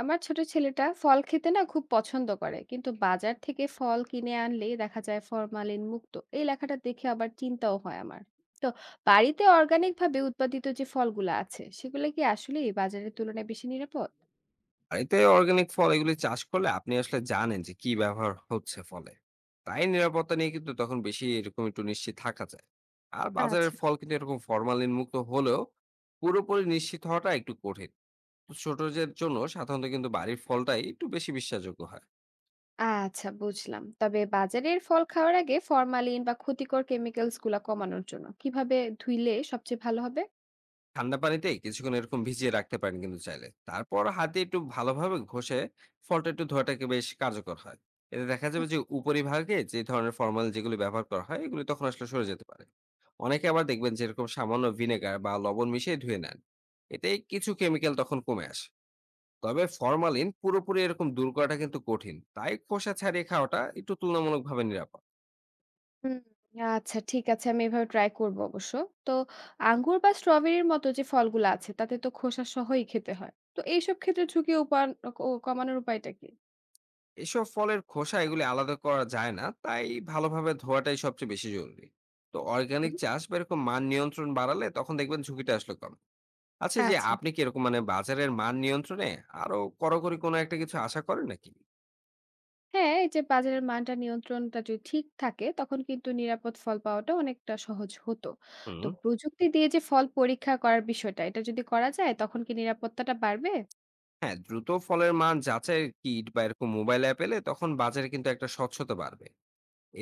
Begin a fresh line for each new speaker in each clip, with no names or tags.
আমার ছোট ছেলেটা ফল খেতে না খুব পছন্দ করে, কিন্তু বাজার থেকে ফল কিনে আনলেই দেখা যায় ফরমালিন মুক্ত এই লেখাটা দেখে আবার চিন্তাও হয় আমার। তো বাড়িতে অর্গানিক ভাবে উৎপাদিত যে ফলগুলো আছে সেগুলো কি আসলে বাজারের তুলনায় বেশি নিরাপদ?
বাড়িতে অর্গানিক ফল এগুলি চাষ করলে আপনি আসলে জানেন যে কি ব্যবহার হচ্ছে ফলে। তাই নিরাপত্তা নিয়ে কিন্তু তখন বেশি এরকম একটু নিশ্চিত থাকা যায়। আর বাজারের
আচ্ছা,
ফল কিন্তু এরকম ফরমালিন মুক্ত হলেও পুরোপুরি নিশ্চিত হওয়াটা একটু কঠিন। তো ছোটদের জন্য সাধারণত কিন্তু বাড়ির ফলটাই একটু বেশি বিশ্বাসযোগ্য হয়।
আচ্ছা, বুঝলাম। তবে বাজারের ফল খাওয়ার আগে ফরমালিন বা ক্ষতিকর কেমিক্যালস গুলা কমানোর জন্য কিভাবে ধুইলে সবচেয়ে ভালো হবে?
ঠান্ডা পানিতে কিছুক্ষণ এরকম ভিজিয়ে রাখতে পারেন কিন্তু চাইলে। তারপর হাতে একটু ভালোভাবে ঘষে ফলটা একটু ধোয়াটাকে বেশ কার্যকর হয়। এতে দেখা যাবে যে উপরিভাগে যে ধরনের ফরমাল যেগুলো ব্যবহার করা হয় এগুলো তখন আসলে সরে যেতে পারে। অনেকে আবার দেখবেন যে এরকম সামান্য ভিনেগার বা লবণ মিশিয়ে ধুয়ে নেন। এতে কিছু কেমিক্যাল তখন কমে আসে। তবে ফরমালিন পুরোপুরি এরকম দূর করাটা কিন্তু কঠিন। তাই খোসা ছাড়িয়ে খাওয়াটা একটু তুলনামূলকভাবে নিরাপদ।
হুম, আচ্ছা, ঠিক আছে। আমি এভাবে ট্রাই করব অবশ্য। তো আঙ্গুর বা স্ট্রবেরির মতো যে ফলগুলো আছে তাতে তো খোসা সহই খেতে হয়। তো এইসব ক্ষেত্রে ঝুঁকি উপান ক কমানোর উপায়টা কি?
এসব ফলের খোসা এগুলি আলাদা করা যায় না, তাই ভালোভাবে ধোয়াটাই সবচেয়ে বেশি জরুরি। তো অর্গানিক
হুম,
চাষ বা এরকম মান নিয়ন্ত্রণ বাড়ালে তখন দেখবেন ঝুঁকিটা আসলে কম। আচ্ছা, এই যে
আচ্ছা।
আপনি কি এরকম মানে বাজারের মান নিয়ন্ত্রণে আরো কড়াকড়ি কোনো একটা কিছু আশা করেন নাকি?
হ্যাঁ, এই যে বাজারের মানটা নিয়ন্ত্রণটা যদি ঠিক থাকে তখন কিন্তু নিরাপদ ফল পাওয়াটা অনেকটা সহজ হতো।
হুম।
তো প্রযুক্তি দিয়ে যে ফল পরীক্ষা করার বিষয়টা, এটা যদি করা যায় তখন কি নিরাপত্তাটা বাড়বে?
হ্যাঁ, দ্রুত ফলের মান যাচাই কিট বা এরকম মোবাইল অ্যাপ এলে তখন বাজারে কিন্তু একটা স্বচ্ছতা বাড়বে।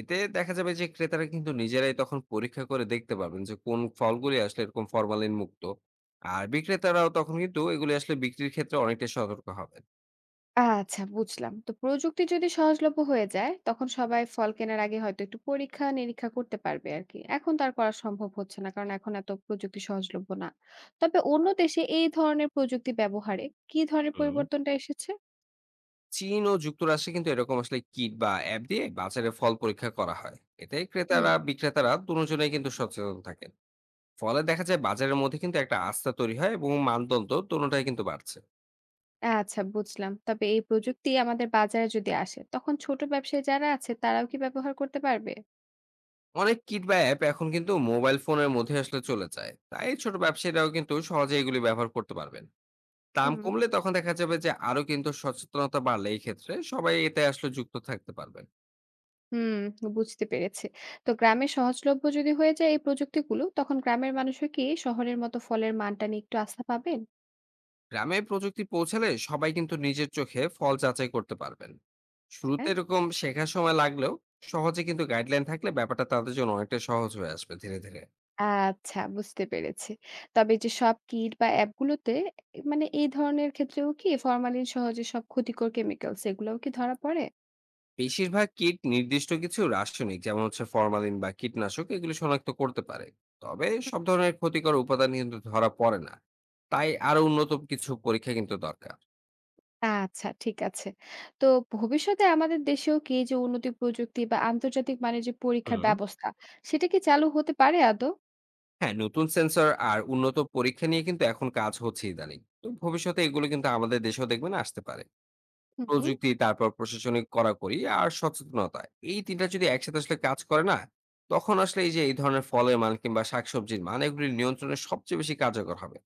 এতে দেখা যাবে যে ক্রেতারা কিন্তু নিজেরাই তখন পরীক্ষা করে দেখতে পারবেন যে কোন ফলগুলি আসলে এরকম ফরমালিন মুক্ত। আর বিক্রেতারাও তখন কিন্তু এগুলি আসলে বিক্রির ক্ষেত্রে অনেকটাই সতর্ক হবেন।
আচ্ছা, বুঝলাম। তো প্রযুক্তি যদি সহজলভ্য হয়ে যায়, তখন সবাই ফল কেনার আগে হয়তো একটু পরীক্ষা-নিরীক্ষা করতে পারবে আরকি। এখন তো আর করা সম্ভব হচ্ছে না, কারণ এখন এত প্রযুক্তি সহজলভ্য না। তবে অন্য দেশে এই ধরনের প্রযুক্তি ব্যবহারে কি ধরনের
হুম।
পরিবর্তনটা এসেছে?
চীন ও যুক্তরাষ্ট্রে কিন্তু এরকম আসলে কিট বা অ্যাপ দিয়ে বাজারে ফল পরীক্ষা করা হয়। এতে
হুম,
ক্রেতারা বিক্রেতারা দুজনেই কিন্তু সচেতন থাকেন। ফলে দেখা যায় বাজারের মধ্যে কিন্তু একটা আস্থা তৈরি হয় এবং মানদণ্ড দুটোটাই কিন্তু বাড়ছে।
আচ্ছা, বুঝলাম। তবে এই প্রযুক্তি আমাদের বাজারে যদি আসে, তখন ছোট ব্যবসায়ী যারা আছে তারাও কি ব্যবহার করতে পারবে?
অনেক কিট বা অ্যাপ এখন কিন্তু মোবাইল ফোনের মধ্যে আসলে চলে যায়, তাই ছোট ব্যবসায়ীরাও কিন্তু সহজে এগুলি ব্যবহার করতে পারবেন। দাম
হুম,
কমলে তখন দেখা যাবে যে আরো কিন্তু সচেতনতা বাড়লে এই ক্ষেত্রে সবাই এতে আসলে যুক্ত থাকতে পারবেন।
হুম, বুঝতে পেরেছি। তো গ্রামে সহজলভ্য যদি হয়ে যায় এই প্রযুক্তিগুলো, তখন গ্রামের মানুষও কি শহরের মতো ফলের মানটা নিয়ে একটু আস্থা পাবেন?
গ্রামে প্রযুক্তি পৌঁছালে সবাই কিন্তু নিজের চোখে ফল যাচাই করতে পারবেন। শুরুতে
হ্যাঁ।
এরকম শেখার সময় লাগলেও সহজে কিন্তু গাইডলাইন থাকলে ব্যাপারটা তাদের জন্য অনেকটা সহজ হয়ে আসবে ধীরে ধীরে।
আচ্ছা, বুঝতে পেরেছি। তবে যে সব কিট বা অ্যাপগুলোতে, মানে এই ধরনের ক্ষেত্রেও কি ফরমালিন সহ যেসব ক্ষতিকর কেমিক্যালস এগুলোও কি ধরা পড়ে?
বেশিরভাগ কীট নির্দিষ্ট কিছু রাসায়নিক যেমন হচ্ছে ফরমালিন বা কীটনাশক এগুলো শনাক্ত করতে পারে। তবে
হুম।
সব ধরনের ক্ষতিকর উপাদান কিন্তু ধরা পড়ে না। তাই আরো উন্নত কিছু পরীক্ষা কিন্তু দরকার।
আচ্ছা, ঠিক আছে। তো ভবিষ্যতে আমাদের দেশেও কি এই যে উন্নতি প্রযুক্তি বা আন্তর্জাতিক মানের যে পরীক্ষার
হুম।
ব্যবস্থা, সেটা কি চালু হতে পারে আদৌ?
হ্যাঁ, নতুন সেন্সর আর উন্নত পরীক্ষা নিয়ে কিন্তু এখন কাজ হচ্ছে ইদানিং। তো ভবিষ্যতে এগুলো কিন্তু আমাদের দেশেও দেখবেন আসতে পারে।
হুম.
প্রযুক্তি, তারপর প্রশাসনিক কড়াকড়ি আর সচেতনতা। এই ৩ টা যদি একসাথে আসলে কাজ করে না, তখন আসলে এই যে এই ধরনের ফলের মান কিংবা শাকসবজির মান এগুলি নিয়ন্ত্রণে সবচেয়ে বেশি কার্যকর হবে।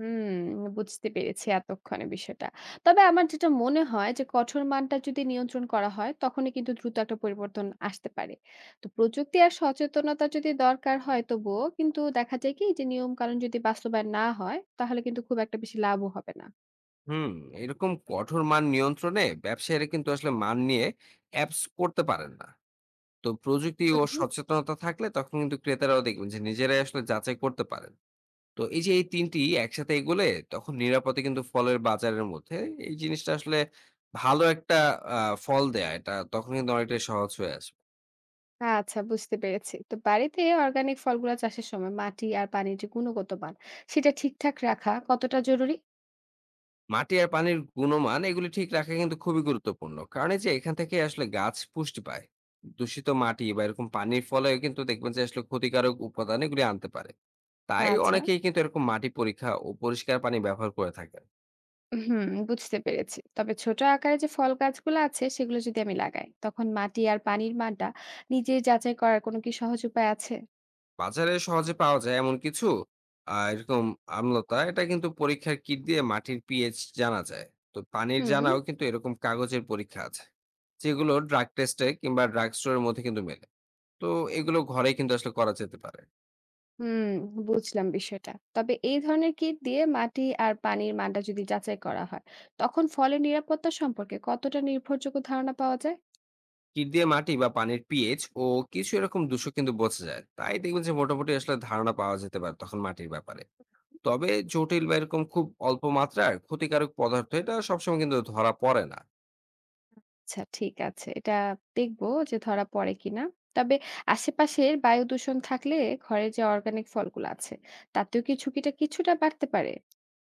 হুম, বুঝতে পেরেছি এতক্ষণে বিষয়টা। তবে আমার যেটা মনে হয় যে কঠোর মানটা যদি নিয়ন্ত্রণ করা হয়, তখনই কিন্তু দ্রুত একটা পরিবর্তন আসতে পারে। তো প্রযুক্তি আর সচেতনতা যদি দরকার হয় তবুও, কিন্তু দেখা যায় কি যে নিয়ম-কানুন যদি বাস্তবায়ন না হয়, তাহলে কিন্তু খুব একটা বেশি লাভও হবে না।
হুম, এরকম কঠোর মান নিয়ন্ত্রণে ব্যবসায়ীরা কিন্তু আসলে মান নিয়ে অ্যাপস করতে পারেন না। তো প্রযুক্তি ও
হুম।
সচেতনতা থাকলে তখন কিন্তু ক্রেতারাও দেখবেন যে নিজেরাই আসলে যাচাই করতে পারেন। তো এই যে এই ৩ টি একসাথে এগোলে তখন নিরাপদে কিন্তু ফলের বাজারের মধ্যে এই জিনিসটা আসলে ভালো একটা আ ফল দেয়া এটা তখন কিন্তু অনেকটাই সহজ হয়ে আসবে।
আচ্ছা, বুঝতে পেরেছি। তো বাড়িতে অর্গানিক ফলগুলা চাষের সময় মাটি আর পানির যে গুণগত মান, সেটা ঠিকঠাক রাখা কতটা জরুরি?
মাটি আর পানির গুণমান এগুলি ঠিক রাখা কিন্তু খুবই গুরুত্বপূর্ণ। কারণ এই যে এখান থেকে আসলে গাছ পুষ্টি পায়। দূষিত মাটি বা এরকম পানির ফলে কিন্তু দেখবেন যে আসলে ক্ষতিকারক উপাদান এগুলি আনতে পারে। তাই
আচ্ছা।
অনেকেই কিন্তু এরকম মাটি পরীক্ষা ও পরিষ্কার পানি ব্যবহার করে থাকেন।
হুম, বুঝতে পেরেছি। তবে ছোট আকারে যে ফল গাছগুলো আছে সেগুলো যদি আমি লাগাই, তখন মাটি আর পানির মানটা নিজে যাচাই করার কোনো কি সহজ উপায় আছে?
বাজারে সহজে পাওয়া যায় এমন কিছু এরকম আমলতা এটা কিন্তু পরীক্ষার কিট দিয়ে মাটির পিএইচ জানা যায়। তো পানির
হুম,
জানাও কিন্তু এরকম কাগজের পরীক্ষা আছে, যেগুলো ড্রাগ টেস্টে কিংবা ড্রাগ স্টোরের মধ্যে কিন্তু মেলে। তো এগুলো ঘরে কিন্তু আসলে করা যেতে পারে।
হুম, বুঝলাম বিষয়টা। তবে এই ধরনের কিট দিয়ে মাটি আর পানির মানটা যদি যাচাই করা হয়, তখন ফলের নিরাপত্তা সম্পর্কে কতটা নির্ভরযোগ্য ধারণা পাওয়া যায়?
কিট দিয়ে মাটি বা পানির পিএইচ ও কিছু এরকম দূষক কিন্তু বোঝা যায়, তাই দেখবেন যে মোটামুটি আসলে ধারণা পাওয়া যেতে পারে তখন মাটির ব্যাপারে। তবে জটিল বা এরকম খুব অল্প মাত্রার ক্ষতিকারক পদার্থ এটা সবসময় কিন্তু ধরা পড়ে না।
আচ্ছা, ঠিক আছে। এটা দেখবো যে ধরা পড়ে কিনা। তবে আশেপাশের বায়ু দূষণ থাকলে ঘরে যে অর্গানিক ফলগুলো আছে, তাতেও কি ঝুঁকিটা কিছুটা বাড়তে পারে?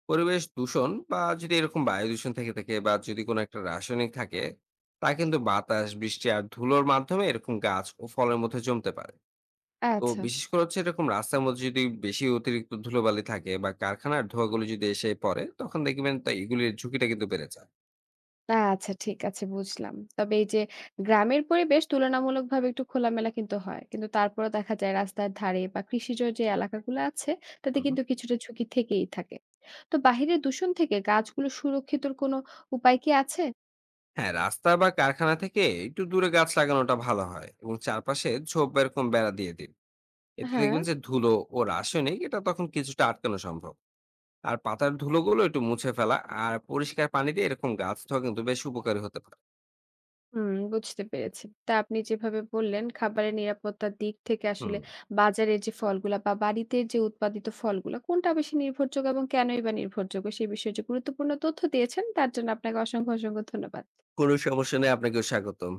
পরিবেশ দূষণ বা যদি এরকম বায়ু দূষণ থেকে থাকে বা যদি কোনো একটা রাসায়নিক থাকে, তা কিন্তু বাতাস বৃষ্টি আর ধুলোর মাধ্যমে এরকম গাছ ও ফলের মধ্যে জমতে পারে। তো
আচ্ছা।
বিশেষ করে হচ্ছে এরকম রাস্তার মধ্যে যদি বেশি অতিরিক্ত ধুলোবালি থাকে বা কারখানার ধোঁয়াগুলো যদি এসে পড়ে তখন দেখবেন তা এগুলির ঝুঁকিটা কিন্তু বেড়ে যায়।
আচ্ছা, ঠিক আছে, বুঝলাম। তবে এই যে গ্রামের পরিবেশ তুলনামূলকভাবে একটু খোলামেলা কিন্তু হয়। কিন্তু তারপরেও দেখা যায় রাস্তার ধারে বা কৃষিজ যে এলাকাগুলো আছে তাতে
হুম।
কিন্তু কিছুটা ঝুঁকি থেকেই থাকে। তো বাহিরের দূষণ থেকে গাছগুলো সুরক্ষিতর কোনো উপায় কি আছে?
হ্যাঁ, রাস্তা বা কারখানা থেকে একটু দূরে গাছ লাগানোটা ভালো হয় এবং চারপাশে ঝোপ বা এরকম বেড়া দিয়ে দিন। এতে
হ্যাঁ,
দেখবেন যে ধুলো ও রাসায়নিক এটা তখন কিছুটা আটকানো সম্ভব। আর পাতার ধুলোগুলো একটু মুছে ফেলা আর পরিষ্কার পানি দিয়ে এরকম গাছ ধোয়া কিন্তু বেশ উপকারী হতে পারে।
হুম, বুঝতে পেরেছি। তা আপনি যেভাবে বললেন খাবারের নিরাপত্তার দিক থেকে
হুম।
আসলে বাজারের যে ফলগুলা বা বাড়িতে যে উৎপাদিত ফলগুলা কোনটা বেশি নির্ভরযোগ্য এবং কেনই বা নির্ভরযোগ্য সে বিষয়ে যে গুরুত্বপূর্ণ তথ্য দিয়েছেন তার জন্য আপনাকে অসংখ্য, অসংখ্য ধন্যবাদ।
কোনো সমস্যা নেই, আপনাকেও স্বাগতম।